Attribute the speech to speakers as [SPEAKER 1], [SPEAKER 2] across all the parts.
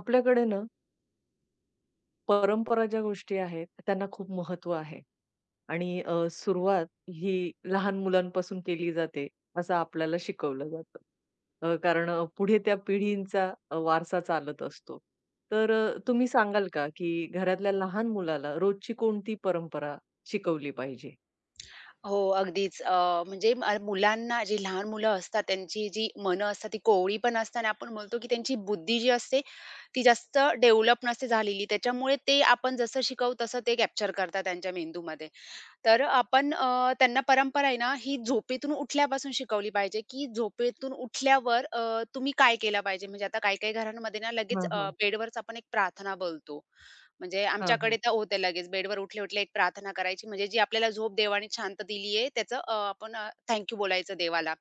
[SPEAKER 1] आपल्याकडे ना, परंपरा ज्या गोष्टी आहेत, त्यांना खूप महत्त्व आहे आणि सुरुवात ही लहान मुलांपासून केली जाते, असं आपल्याला शिकवलं जातं. कारण पुढे त्या पिढींचा वारसा चालत असतो. तर तुम्ही सांगाल का, की घरातल्या लहान मुलाला रोजची कोणती परंपरा शिकवली पाहिजे?
[SPEAKER 2] हो, अगदीच. म्हणजे मुलांना जी लहान मुलं असतात, त्यांची जी मनं असतात, ती कोवळी पण असतात आणि आपण बोलतो, की त्यांची बुद्धी जी असते, ती जास्त डेव्हलप नसते झालेली. त्याच्यामुळे ते आपण जसं शिकवू, तसं ते कॅप्चर करतात त्यांच्या मेंदूमध्ये. तर आपण त्यांना परंपरा आहे ना, ही झोपेतून उठल्यापासून शिकवली पाहिजे, की झोपेतून उठल्यावर तुम्ही काय केलं पाहिजे. म्हणजे आता काही-काही घरांमध्ये ना, लगेच
[SPEAKER 1] हां, हां.
[SPEAKER 2] बेडवरच आपण एक प्रार्थना बोलतो. म्हणजे
[SPEAKER 1] हां,
[SPEAKER 2] आमच्याकडे
[SPEAKER 1] हां.
[SPEAKER 2] तर होतं लगेच बेडवर उठले उठले एक प्रार्थना करायची, म्हणजे जी आपल्याला झोप देवाने शांत दिली आहे त्याचं आपण बोलायचं देवाला.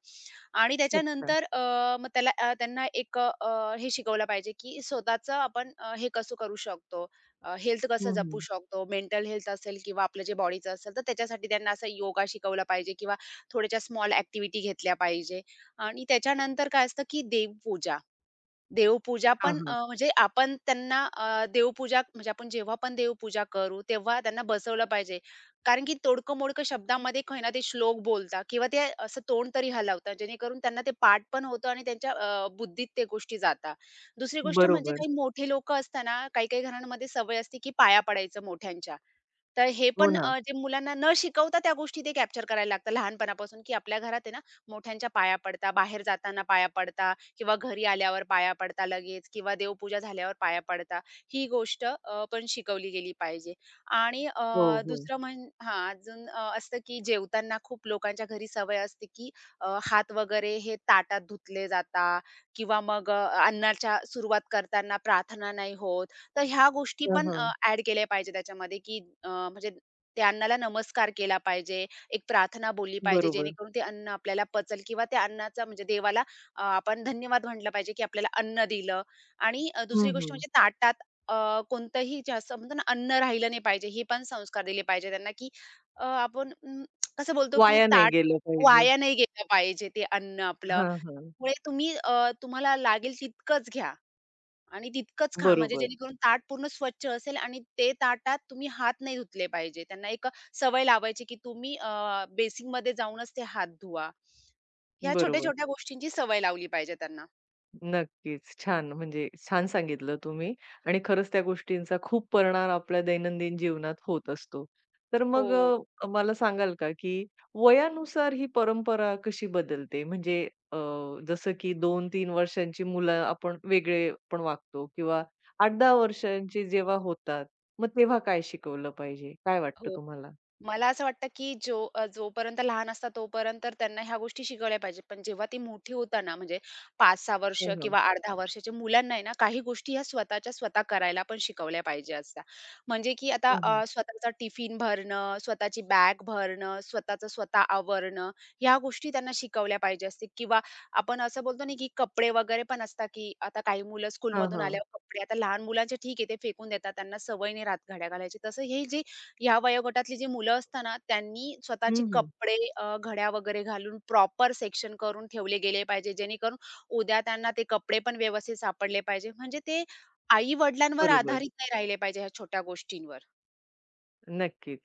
[SPEAKER 2] आणि
[SPEAKER 1] अच्छा.
[SPEAKER 2] त्याच्यानंतर मग त्याला त्यांना एक हे शिकवलं पाहिजे, की स्वतःचं आपण हे कसं करू शकतो, हेल्थ कसं
[SPEAKER 1] हं,
[SPEAKER 2] जपू
[SPEAKER 1] हं.
[SPEAKER 2] शकतो, मेंटल हेल्थ असेल किंवा आपलं जे बॉडीचं असेल, तर त्याच्यासाठी त्यांना असं योगा शिकवला पाहिजे किंवा थोड्याशा स्मॉल ॲक्टिव्हिटी घेतल्या पाहिजे. आणि त्याच्यानंतर काय असतं, की देवपूजा. देवपूजा
[SPEAKER 1] हां,
[SPEAKER 2] पण
[SPEAKER 1] हां.
[SPEAKER 2] म्हणजे आपण त्यांना देवपूजा म्हणजे आपण जेव्हा पण देवपूजा करू, तेव्हा त्यांना बसवलं पाहिजे. कारण की तोडकं-मोडकं शब्दामध्ये काही ना ते श्लोक बोलतात किंवा ते असं तोंड तरी हलवतात, जेणेकरून त्यांना ते पाठ पण होतं आणि त्यांच्या बुद्धीत ते गोष्टी जातात. दुसरी गोष्ट म्हणजे
[SPEAKER 1] बरोबर.
[SPEAKER 2] काही मोठे लोकं असताना, काही-काही घरांमध्ये सवय असते की पाया पडायचं मोठ्यांच्या. तर हे
[SPEAKER 1] हो
[SPEAKER 2] पण
[SPEAKER 1] ना.
[SPEAKER 2] जे मुलांना न शिकवता त्या गोष्टी ते कॅप्चर करायला लागतात लहानपणापासून, की आपल्या घरात आहे ना, मोठ्यांच्या पाया पडता, बाहेर जाताना पाया पडता किंवा घरी आल्यावर पाया पडता लगेच किंवा देवपूजा झाल्यावर पाया पडता. ही गोष्ट पण शिकवली गेली पाहिजे. आणि
[SPEAKER 1] हो, हो.
[SPEAKER 2] दुसरं अजून असतं की जेवताना खूप लोकांच्या घरी सवय असते, की हात वगैरे हे ताटात धुतले जाता किंवा मग अन्नाच्या सुरुवात करताना प्रार्थना नाही होत. तर ह्या गोष्टी
[SPEAKER 1] हं,
[SPEAKER 2] पण
[SPEAKER 1] हं.
[SPEAKER 2] ॲड केल्या पाहिजे त्याच्यामध्ये, की म्हणजे त्या अन्नाला नमस्कार केला पाहिजे, एक प्रार्थना बोलली पाहिजे,
[SPEAKER 1] बरोबर.
[SPEAKER 2] जेणेकरून ते अन्न आपल्याला पचल किंवा त्या अन्नाचा म्हणजे देवाला आपण धन्यवाद म्हटलं पाहिजे, की आपल्याला अन्न दिलं आणि दुसरी
[SPEAKER 1] हं,
[SPEAKER 2] गोष्ट
[SPEAKER 1] हं.
[SPEAKER 2] म्हणजे ताटात कोणतंही जे म्हणतो ना, अन्न राहिलं नाही पाहिजे, हे पण संस्कार दिले पाहिजे त्यांना, की आपण कसं बोलतो, की
[SPEAKER 1] वाया नाही
[SPEAKER 2] ताट
[SPEAKER 1] गेलं पाहिजे.
[SPEAKER 2] वाया नाही गेलं पाहिजे ते अन्न आपलं.
[SPEAKER 1] हां, हां.
[SPEAKER 2] त्यामुळे तुम्ही तुम्हाला लागेल तितकंच घ्या. आणि तितकंच खा म्हणजे
[SPEAKER 1] बरोबर,
[SPEAKER 2] जेणेकरून ताट पूर्ण स्वच्छ असेल आणि ते ताटात तुम्ही हात नाही धुतले पाहिजे. त्यांना एक सवय लावायची, की तुम्ही बेसिनमध्ये जाऊनच ते हात धुवा. ह्या
[SPEAKER 1] बरोबर.
[SPEAKER 2] छोट्या-छोट्या गोष्टींची सवय लावली पाहिजे त्यांना.
[SPEAKER 1] नक्कीच. छान म्हणजे छान सांगितलं तुम्ही आणि खरंच त्या गोष्टींचा खूप परिणाम आपल्या दैनंदिन जीवनात होत असतो. तर मग
[SPEAKER 2] हो,
[SPEAKER 1] मला सांगाल का, की वयानुसार ही परंपरा कशी बदलते? म्हणजे अ, जसं की 2-3 वर्षांची मुलं आपण वेगळे वागतो किंवा 8-10 वर्षांची जेव्हा होतात, मग तेव्हा काय शिकवलं पाहिजे? काय वाटतं
[SPEAKER 2] हो.
[SPEAKER 1] तुम्हाला?
[SPEAKER 2] मला असं वाटतं, की जोपर्यंत लहान असतात तोपर्यंत तर त्यांना ह्या गोष्टी शिकवल्या पाहिजेत. पण जेव्हा ती मोठी होतात ना, म्हणजे 5-6 वर्ष
[SPEAKER 1] हं, हं.
[SPEAKER 2] किंवा अर्ध्या वर्षाच्या मुलांना आहे ना, काही गोष्टी ह्या स्वतःच्या स्वतः करायला पण शिकवल्या पाहिजे असतात. म्हणजे की आता
[SPEAKER 1] हां, हां.
[SPEAKER 2] स्वतःचा टिफिन भरणं, स्वतःची बॅग भरणं, स्वतःचं स्वतः आवरणं, ह्या गोष्टी त्यांना शिकवल्या पाहिजे असतील किंवा आपण असं बोलतो ना, की कपडे वगैरे पण असतात, की आता काही मुलं
[SPEAKER 1] हां,
[SPEAKER 2] स्कूलमधून
[SPEAKER 1] हां.
[SPEAKER 2] आल्यावर कपडे आता लहान मुलांचे ठीक आहे, ते फेकून देतात. त्यांना सवय नाही राहत घड्या घालायची. तसं हे जे ह्या वयोगटातली जी मुलं असतात ना, त्यांनी स्वतःचे
[SPEAKER 1] हं, हं.
[SPEAKER 2] कपडे घड्या वगैरे घालून प्रॉपर सेक्शन करून ठेवले गेले पाहिजे, जेणेकरून उद्या त्यांना ते कपडे पण व्यवस्थित सापडले पाहिजे. म्हणजे ते आई-वडिलांवर
[SPEAKER 1] बरोबर.
[SPEAKER 2] आधारित नाही राहिले पाहिजे ह्या छोट्या गोष्टींवर.
[SPEAKER 1] नक्कीच.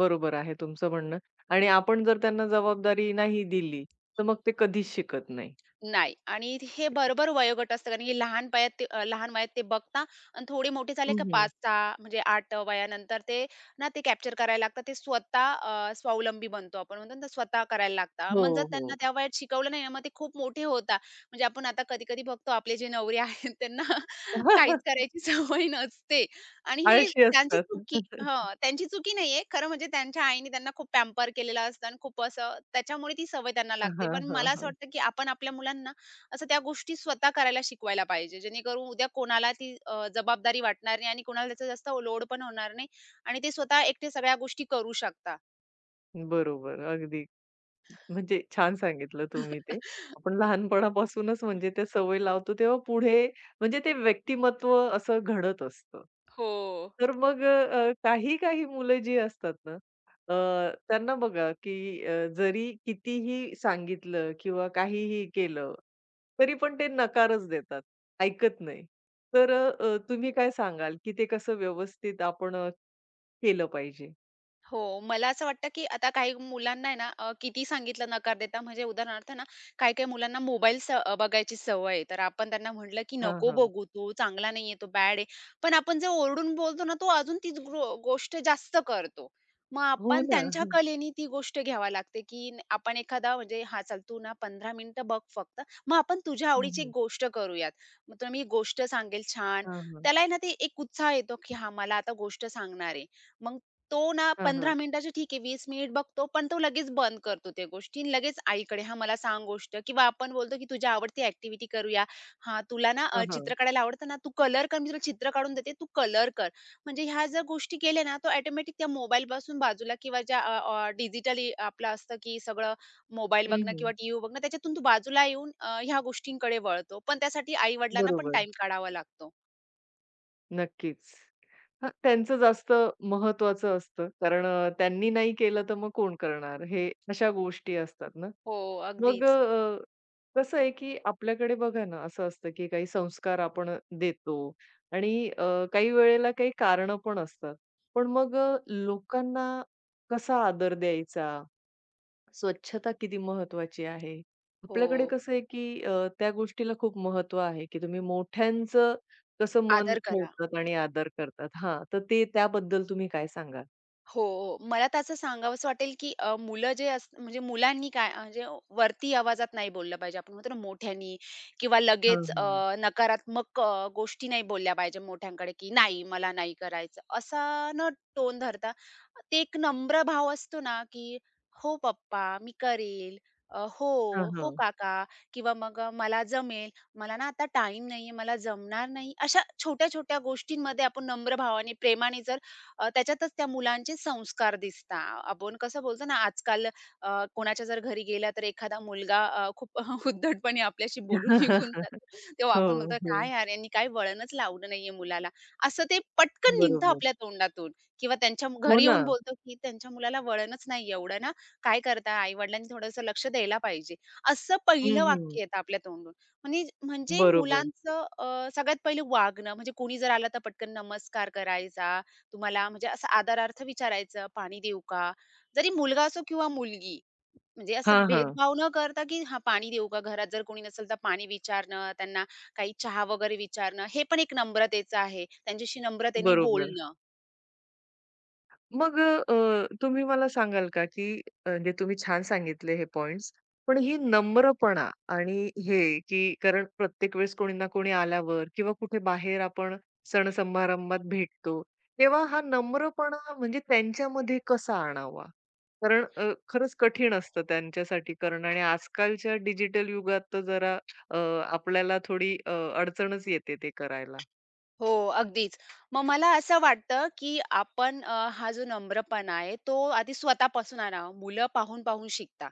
[SPEAKER 1] बरोबर आहे तुमचं म्हणणं आणि आपण जर त्यांना जबाबदारी नाही दिली, तर मग ते कधीच शिकत नाही.
[SPEAKER 2] नाही आणि हे बरोबर वयोगट असतं कारण की लहान वयात ते बघता आणि थोडे मोठे झाले
[SPEAKER 1] हं,
[SPEAKER 2] का
[SPEAKER 1] हं.
[SPEAKER 2] 5-6 म्हणजे 8 वयानंतर ते ते कॅप्चर करायला लागतात. ते स्वावलंबी बनतो आपण म्हणतो ना, ते स्वतः करायला लागतात.
[SPEAKER 1] हो,
[SPEAKER 2] मग त्यांना
[SPEAKER 1] हो.
[SPEAKER 2] त्या वयात शिकवलं नाही ना, मग ते खूप मोठे होतात. म्हणजे आपण आता कधी-कधी बघतो आपले जे नवरे आहेत त्यांना काहीच करायची सवय नसते. आणि हे
[SPEAKER 1] आळशी असतात.
[SPEAKER 2] त्यांची चुकी नाहीये. खरं म्हणजे त्यांच्या आईने त्यांना खूप पॅम्पर केलेलं असतं आणि खूप असं त्याच्यामुळे ती सवय त्यांना
[SPEAKER 1] हां,
[SPEAKER 2] लागते. पण
[SPEAKER 1] हां,
[SPEAKER 2] मला असं
[SPEAKER 1] हां.
[SPEAKER 2] वाटतं, की आपण आपल्या मुलांना असं त्या गोष्टी स्वतः करायला शिकवायला पाहिजे. जेणेकरून उद्या कोणाला ती जबाबदारी वाटणार नाही आणि कोणाला त्याचा जास्त लोड पण होणार नाही आणि ते स्वतः एकटे सगळ्या गोष्टी करू शकता.
[SPEAKER 1] बरोबर. अगदी. म्हणजे छान सांगितलं तुम्ही ते. आपण लहानपणापासूनच म्हणजे त्या सवय लावतो, तेव्हा पुढे म्हणजे ते व्यक्तिमत्व असं घडत असतं.
[SPEAKER 2] हो.
[SPEAKER 1] तर मग काही-काही मुलं जी असतात ना, त्यांना बघा की जरी कितीही सांगितलं किंवा काहीही केलं, तरी पण ते नकारच देतात, ऐकत नाही. तर तुम्ही काय सांगाल की ते कसं व्यवस्थित आपण केलं पाहिजे?
[SPEAKER 2] हो, मला असं वाटतं, की आता काही मुलांना आहे ना, किती सांगितलं नकार देता, म्हणजे उदाहरणार्थ ना, काही-काही मुलांना बघायची सवय आहे. तर आपण त्यांना म्हटलं, की
[SPEAKER 1] हां,
[SPEAKER 2] "नको
[SPEAKER 1] हां.
[SPEAKER 2] बघू तू, चांगला नाहीये तो, बॅड आहे." पण आपण जे ओरडून बोलतो ना, तो अजून ती गोष्ट जास्त करतो. मग
[SPEAKER 1] हो
[SPEAKER 2] आपण
[SPEAKER 1] ना.
[SPEAKER 2] त्यांच्या
[SPEAKER 1] हं.
[SPEAKER 2] कलेनी ती गोष्ट घ्यावी लागते, की आपण एखादा म्हणजे "हां, चल तू ना 15 मिनिटं बघ फक्त, मग आपण तुझ्या
[SPEAKER 1] हं,
[SPEAKER 2] आवडीची एक
[SPEAKER 1] हं.
[SPEAKER 2] गोष्ट करूयात." मग तो मी गोष्ट सांगेल छान.
[SPEAKER 1] हां, हां.
[SPEAKER 2] त्याला आहे ना, ते एक उत्साह येतो, की "हां, मला आता गोष्ट सांगणार आहे." मग तो ना
[SPEAKER 1] हां,
[SPEAKER 2] 15
[SPEAKER 1] हां.
[SPEAKER 2] मिनिटाचे ठीक आहे 20 मिनिट बघतो, पण तो लगेच बंद करतो त्या गोष्टी आणि लगेच आईकडे, "हां, मला सांग गोष्ट" किंवा आपण बोलतो की "तुझ्या आवडती ॲक्टिव्हिटी करूया. हां, तुला ना
[SPEAKER 1] हां, हां.
[SPEAKER 2] चित्र काढायला आवडतं ना, तू कलर कर, मी तुला चित्र काढून देते, तू कलर कर." म्हणजे ह्या जर गोष्टी केल्या ना, तो ऑटोमॅटिक त्या मोबाईलपासून बाजूला किंवा आपलं असतं की सगळं मोबाईल
[SPEAKER 1] हं,
[SPEAKER 2] बघणं
[SPEAKER 1] हं.
[SPEAKER 2] किंवा टीव्ही बघणं, त्याच्यातून तो बाजूला येऊन ह्या गोष्टींकडे वळतो. पण त्यासाठी आई-वडिलांना पण
[SPEAKER 1] बरोबर.
[SPEAKER 2] टाईम काढावा लागतो.
[SPEAKER 1] नक्कीच. हां, त्यांचं जास्त महत्त्वाचं असतं. कारण त्यांनी नाही केलं तर मग कोण करणार? हे अशा गोष्टी असतात ना.
[SPEAKER 2] हो,
[SPEAKER 1] मग
[SPEAKER 2] अगदीच.
[SPEAKER 1] कसं आहे, की आपल्याकडे बघा ना, असं असतं, की काही संस्कार आपण देतो आणि काही वेळेला काही कारणं पण असतात. पण मग लोकांना कसा आदर द्यायचा? स्वच्छता किती महत्वाची आहे.
[SPEAKER 2] हो.
[SPEAKER 1] आपल्याकडे कसं आहे, की त्या गोष्टीला खूप महत्त्व आहे, की तुम्ही मोठ्यांचं कसं मन
[SPEAKER 2] आदर करा.
[SPEAKER 1] ठेवतात आणि आदर करतात. हां, तर ते त्याबद्दल तुम्ही काय सांगाल?
[SPEAKER 2] हो, हो. मला तर असं सांगावसं वाटेल, की मुलं जे अस म्हणजे म्हणजे वरती आवाजात नाही बोललं पाहिजे. आपण म्हणतो ना मोठ्यानी किंवा
[SPEAKER 1] हां,
[SPEAKER 2] लगेच
[SPEAKER 1] हां.
[SPEAKER 2] नकारात्मक गोष्टी नाही बोलल्या पाहिजे मोठ्यांकडे, की "नाही, मला नाही करायचं." असा न टोन धरता ते एक नम्र भाव असतो ना, की "हो पप्पा, मी करेल." "हो,
[SPEAKER 1] हां,
[SPEAKER 2] हो
[SPEAKER 1] हां.
[SPEAKER 2] काका." किंवा मग "मला जमेल. मला ना आता टाईम नाहीये, मला जमणार नाही." अशा छोट्या-छोट्या गोष्टींमध्ये आपण नम्र भावाने, प्रेमाने जर त्याच्यातच त्या मुलांचे संस्कार दिसता. आपण कसं बोलतो ना, आजकाल कोणाच्या जर घरी गेला तर एखादा मुलगा खूप उद्धटपणे आपल्याशी बोलून निघून जातो. तेव्हा
[SPEAKER 1] हो,
[SPEAKER 2] आपण म्हणतो,
[SPEAKER 1] हो.
[SPEAKER 2] "काय यार, यांनी काही वळणच लावलं नाहीये मुलाला." असं ते पटकन निघतं
[SPEAKER 1] बरोबर.
[SPEAKER 2] आपल्या तोंडातून किंवा त्यांच्या
[SPEAKER 1] हो
[SPEAKER 2] घरी
[SPEAKER 1] ना.
[SPEAKER 2] येऊन बोलतो, की "त्यांच्या मुलाला वळणच नाही एवढं ना, काय करता? आई-वडिलांनी थोडंसं लक्ष द्यायला पाहिजे." असं
[SPEAKER 1] हं,
[SPEAKER 2] पहिलं
[SPEAKER 1] हं.
[SPEAKER 2] वाक्य येतं आपल्या तोंडून. म्हणजे म्हणजे
[SPEAKER 1] बरोबर.
[SPEAKER 2] मुलांचं सगळ्यात पहिलं वागणं म्हणजे कोणी जर आलं तर पटकन नमस्कार करायचा तुम्हाला म्हणजे असं आदरार्थ विचारायचं, "पाणी देऊ का?" जरी मुलगा असो किंवा मुलगी, म्हणजे असं
[SPEAKER 1] हां, हां.
[SPEAKER 2] भेदभाव न करता, की "हां, पाणी देऊ का?" घरात जर कोणी नसेल तर पाणी विचारणं, त्यांना काही चहा वगैरे विचारणं, हे पण एक नम्रतेचं आहे. त्यांच्याशी नम्रतेने
[SPEAKER 1] बरोबर.
[SPEAKER 2] बोलणं.
[SPEAKER 1] मग तुम्ही मला सांगाल का, की म्हणजे तुम्ही छान सांगितले हे पॉइंट्स. पण ही नम्रपणा आणि हे, की कारण प्रत्येक वेळेस कोणी ना कोणी आल्यावर किंवा कुठे बाहेर आपण सण-समारंभात भेटतो, तेव्हा हा नम्रपणा म्हणजे त्यांच्यामध्ये कसा आणावा? कारण खरंच कठीण असतं त्यांच्यासाठी करणं आणि आजकालच्या डिजिटल युगात तर जरा अ, आपल्याला थोडी अडचणच येते ते करायला.
[SPEAKER 2] हो, अगदीच. मग मला असं वाटतं, की आपण हा जो नम्रपणा आहे, तो आधी स्वतःपासून आणावा. मुलं पाहून-पाहून शिकतात.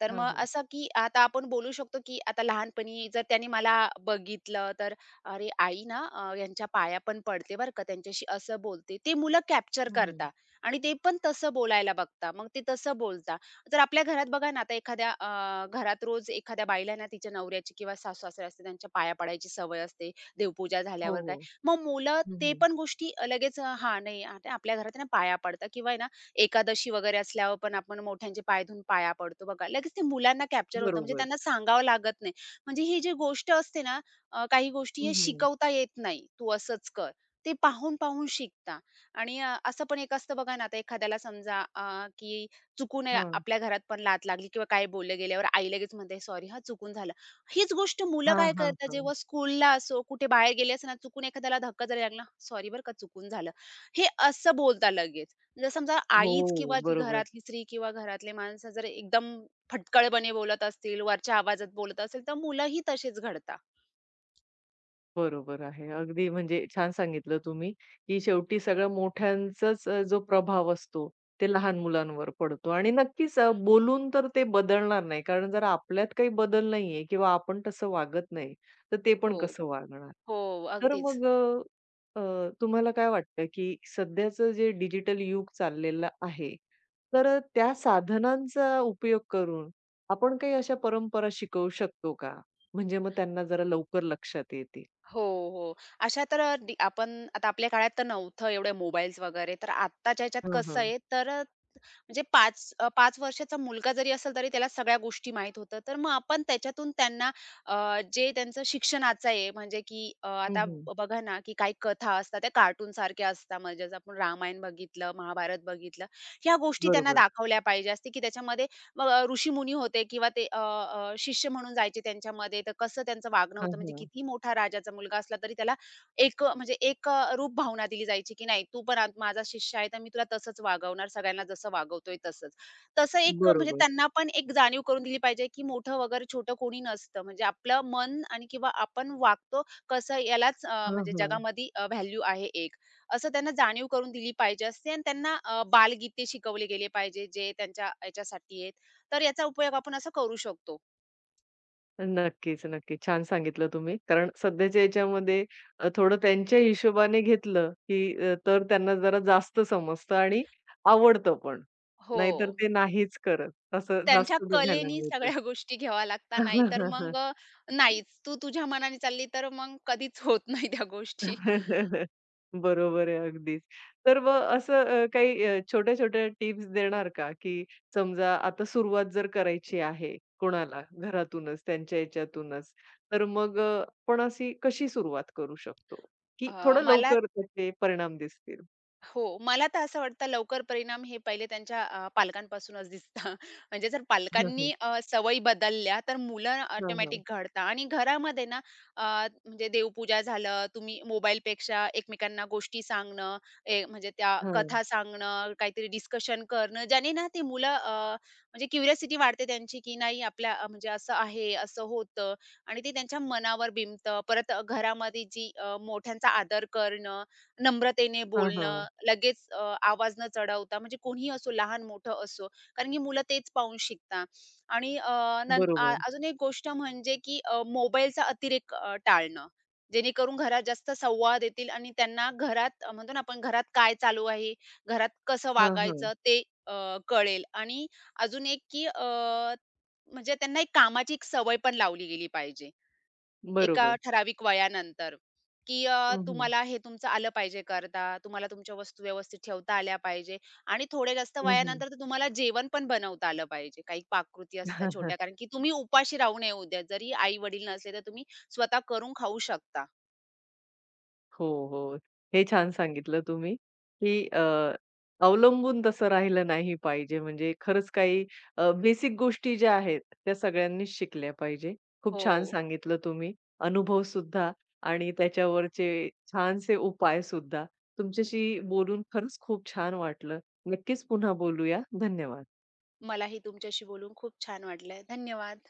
[SPEAKER 2] तर
[SPEAKER 1] हां,
[SPEAKER 2] मग
[SPEAKER 1] हां.
[SPEAKER 2] असं, की आता आपण बोलू शकतो, की आता लहानपणी जर त्याने मला बघितलं, तर "अरे, आई ना यांच्या पाया पण पडते बरं का, त्यांच्याशी असं बोलते." ते मुलं कॅप्चर
[SPEAKER 1] हं,
[SPEAKER 2] करतात आणि ते पण तसं बोलायला बघतात. मग ते तसं बोलतात. जर आपल्या घरात बघा ना, आता एखाद्या घरात रोज एखाद्या बाईला ना तिच्या नवऱ्याची किंवा सासू-सासरे असते, त्यांच्या पाया पडायची सवय असते. देवपूजा
[SPEAKER 1] हो,
[SPEAKER 2] झाल्यावर
[SPEAKER 1] हो.
[SPEAKER 2] मग मुलं ते
[SPEAKER 1] हं,
[SPEAKER 2] पण गोष्टी लगेच हां, नाही आता आपल्या घरात आहे ना पाया पडतात किंवा आहे ना एकादशी वगैरे असल्यावर पण आपण मोठ्यांचे पाय धुवून पाया पडतो बघा. लगेच ते मुलांना कॅप्चर होतं म्हणजे
[SPEAKER 1] बरोबर.
[SPEAKER 2] त्यांना सांगावं लागत नाही. म्हणजे ही जी गोष्ट असते ना काही गोष्टी
[SPEAKER 1] हं,
[SPEAKER 2] हे
[SPEAKER 1] हं.
[SPEAKER 2] शिकवता येत नाही. तू असंच कर. ते पाहून-पाहून शिकता आणि असं पण एक असतं बघा ना आता एखाद्याला समजा की चुकून आपल्या घरात पण लात लागली किंवा काय बोललं गेल्यावर आई लगेच म्हणते, "सॉरी हां, चुकून झालं." हीच गोष्ट मुलं
[SPEAKER 1] हां,
[SPEAKER 2] काय
[SPEAKER 1] हां,
[SPEAKER 2] करतात
[SPEAKER 1] हां.
[SPEAKER 2] जेव्हा स्कूलला असो, कुठे बाहेर गेले असताना चुकून एखाद्याला धक्का जरी लागला, "सॉरी बरं का चुकून झालं." हे असं बोलतात लगेच. जर समजा आईच
[SPEAKER 1] हो,
[SPEAKER 2] किंवा जी
[SPEAKER 1] बरोबर.
[SPEAKER 2] घरातली स्त्री किंवा घरातले माणसं जर एकदम फटकळपणे बोलत असतील, वरच्या आवाजात बोलत असेल, तर मुलंही तसेच घडतात.
[SPEAKER 1] बरोबर आहे. अगदी म्हणजे छान सांगितलं तुम्ही, की शेवटी सगळं मोठ्यांचाच जो प्रभाव असतो, ते लहान मुलांवर पडतो आणि नक्कीच बोलून तर ते बदलणार नाही. कारण जर आपल्यात काही बदल नाहीये किंवा आपण तसं वागत नाही, तर ते पण
[SPEAKER 2] हो.
[SPEAKER 1] कसं वागणार?
[SPEAKER 2] हो,
[SPEAKER 1] तर
[SPEAKER 2] अगदीच.
[SPEAKER 1] मग अ, अ, तुम्हाला काय वाटतं, की सध्याचं जे डिजिटल युग चाललेलं आहे, तर त्या साधनांचा उपयोग करून आपण काही अशा परंपरा शिकवू शकतो का? म्हणजे मग त्यांना जरा लवकर लक्षात येतील?
[SPEAKER 2] हो, हो. अशा तर अ, आपण आता आपल्या काळात तर नव्हतं एवढे मोबाईल्स वगैरे, तर आत्ताच्या ह्याच्यात
[SPEAKER 1] हां,
[SPEAKER 2] कसं
[SPEAKER 1] हां.
[SPEAKER 2] आहे तर म्हणजे 5 वर्षाचा मुलगा जरी असेल तरी त्याला सगळ्या गोष्टी माहीत होतं. तर मग आपण त्याच्यातून त्यांना जे त्यांचं शिक्षणाचं आहे म्हणजे की
[SPEAKER 1] हं,
[SPEAKER 2] आता
[SPEAKER 1] हं.
[SPEAKER 2] बघा ना, की काही कथा असतात त्या कार्टूनसारख्या असतात. म्हणजे जसं आपण रामायण बघितलं, महाभारत बघितलं. ह्या गोष्टी त्यांना
[SPEAKER 1] बरोबर.
[SPEAKER 2] दाखवल्या पाहिजे असते, की त्याच्यामध्ये मग ऋषीमुनी होते किंवा ते अ, अ, शिष्य म्हणून जायचे त्यांच्यामध्ये. तर कसं त्यांचं वागणं
[SPEAKER 1] हां,
[SPEAKER 2] होतं म्हणजे
[SPEAKER 1] हां.
[SPEAKER 2] कितीही मोठा राजाचा मुलगा असला तरी त्याला एक रूप भावना दिली जायची, की नाही तू पण आज माझा शिष्य आहे, तर मी तुला तसंच वागवणार, सगळ्यांना जसं वागवतोय तसंच. तसं एक म्हणजे
[SPEAKER 1] बरोबर.
[SPEAKER 2] त्यांना पण एक जाणीव करून दिली पाहिजे, की मोठं वगैरे छोटं कोणी नसतं. म्हणजे आपलं मन आणि किंवा आपण वागतो कसं यालाच
[SPEAKER 1] हां,
[SPEAKER 2] म्हणजे
[SPEAKER 1] हां.
[SPEAKER 2] जगामध्ये व्हॅल्यू आहे एक. असं त्यांना जाणीव करून दिली पाहिजे असते आणि त्यांना बालगीते शिकवले गेले पाहिजे, जे त्यांच्या याच्यासाठी आहेत. तर याचा उपयोग आपण असं करू शकतो.
[SPEAKER 1] नक्कीच, नक्कीच. छान सांगितलं तुम्ही. कारण सध्याच्या याच्यामध्ये थोडं त्यांच्या हिशोबाने घेतलं, की तर त्यांना जरा जास्त समजतं आणि आवडतं पण.
[SPEAKER 2] हो.
[SPEAKER 1] नाहीतर ते नाहीच करत. असं
[SPEAKER 2] त्यांच्या
[SPEAKER 1] जास्त बघायला
[SPEAKER 2] कलेनी
[SPEAKER 1] मिळतं.
[SPEAKER 2] सगळ्या गोष्टी घ्याव्या लागतात. नाहीच. तू तुझ्या मनाने चालली तर मग कधीच होत नाही त्या गोष्टी.
[SPEAKER 1] बरोबर आहे अगदीच. तर मग असं काही छोट्या-छोट्या टिप्स देणार का, की समजा आता सुरुवात जर करायची आहे कोणाला घरातूनच, त्यांच्या ह्याच्यातूनच, तर मग आपण अशी कशी सुरुवात करू शकतो, की
[SPEAKER 2] अ,
[SPEAKER 1] थोडं
[SPEAKER 2] मला
[SPEAKER 1] लवकर त्याचे परिणाम दिसतील?
[SPEAKER 2] हो, मला तर असं वाटतं लवकर परिणाम हे पहिले त्यांच्या पालकांपासूनच दिसतं. म्हणजे जर
[SPEAKER 1] हं, हं.
[SPEAKER 2] पालकांनी सवयी बदलल्या तर मुलं
[SPEAKER 1] हां,
[SPEAKER 2] ऑटोमॅटिक
[SPEAKER 1] हां.
[SPEAKER 2] घडतात आणि घरामध्ये ना अ, म्हणजे देवपूजा झालं, तुम्ही मोबाईल पेक्षा एकमेकांना गोष्टी सांगणं, म्हणजे त्या
[SPEAKER 1] हां.
[SPEAKER 2] कथा सांगणं, काहीतरी डिस्कशन करणं, ज्याने ना ते मुलं म्हणजे क्युरिओसिटी वाढते त्यांची, की नाही आपल्या म्हणजे असं आहे, असं होतं आणि ते त्यांच्या मनावर बिंबतं. परत घरामध्ये जी मोठ्यांचा आदर करणं नम्रतेने बोलणं, लगेच आवाज न चढवता म्हणजे कोणीही असो, लहान-मोठं असो. कारण की मुलं तेच पाहून शिकता, आणि
[SPEAKER 1] बरोबर.
[SPEAKER 2] अजून एक गोष्ट म्हणजे की मोबाईलचा अतिरेक टाळणं. जेणेकरून घरात जास्त संवाद येतील आणि त्यांना घरात म्हणतो ना आपण घरात काय चालू आहे, घरात कसं
[SPEAKER 1] हां, हां.
[SPEAKER 2] वागायचं ते अ, कळेल आणि अजून एक की म्हणजे त्यांना एक कामाची एक सवय पण लावली गेली पाहिजे. एका
[SPEAKER 1] बरोबर.
[SPEAKER 2] ठराविक वयानंतर, की
[SPEAKER 1] हं, हं.
[SPEAKER 2] तुम्हाला हे तुमचं आलं पाहिजे करता. तुम्हाला तुमच्या वस्तू व्यवस्थित ठेवता आल्या पाहिजे आणि थोडे जास्त
[SPEAKER 1] हं, हं.
[SPEAKER 2] वयानंतर तर तुम्हाला जेवण पण बनवता आलं पाहिजे. काही पाककृती असतात छोट्या, कारण की तुम्ही उपाशी राहू नये उद्या. जरी आई-वडील नसले, तर तुम्ही स्वतः करून खाऊ शकता.
[SPEAKER 1] हो, हो. हे छान सांगितलं तुम्ही, की अवलंबून तसं राहिलं नाही पाहिजे. म्हणजे खरंच काही बेसिक गोष्टी ज्या आहेत, त्या सगळ्यांनीच शिकल्या पाहिजे. खूप
[SPEAKER 2] हो.
[SPEAKER 1] छान सांगितलं तुम्ही. अनुभवसुद्धा आणि त्याच्यावरचे छानसे उपायसुद्धा. तुमच्याशी बोलून खरंच खूप छान वाटलं. नक्कीच पुन्हा बोलूया. धन्यवाद.
[SPEAKER 2] मलाही तुमच्याशी बोलून खूप छान वाटलं. धन्यवाद.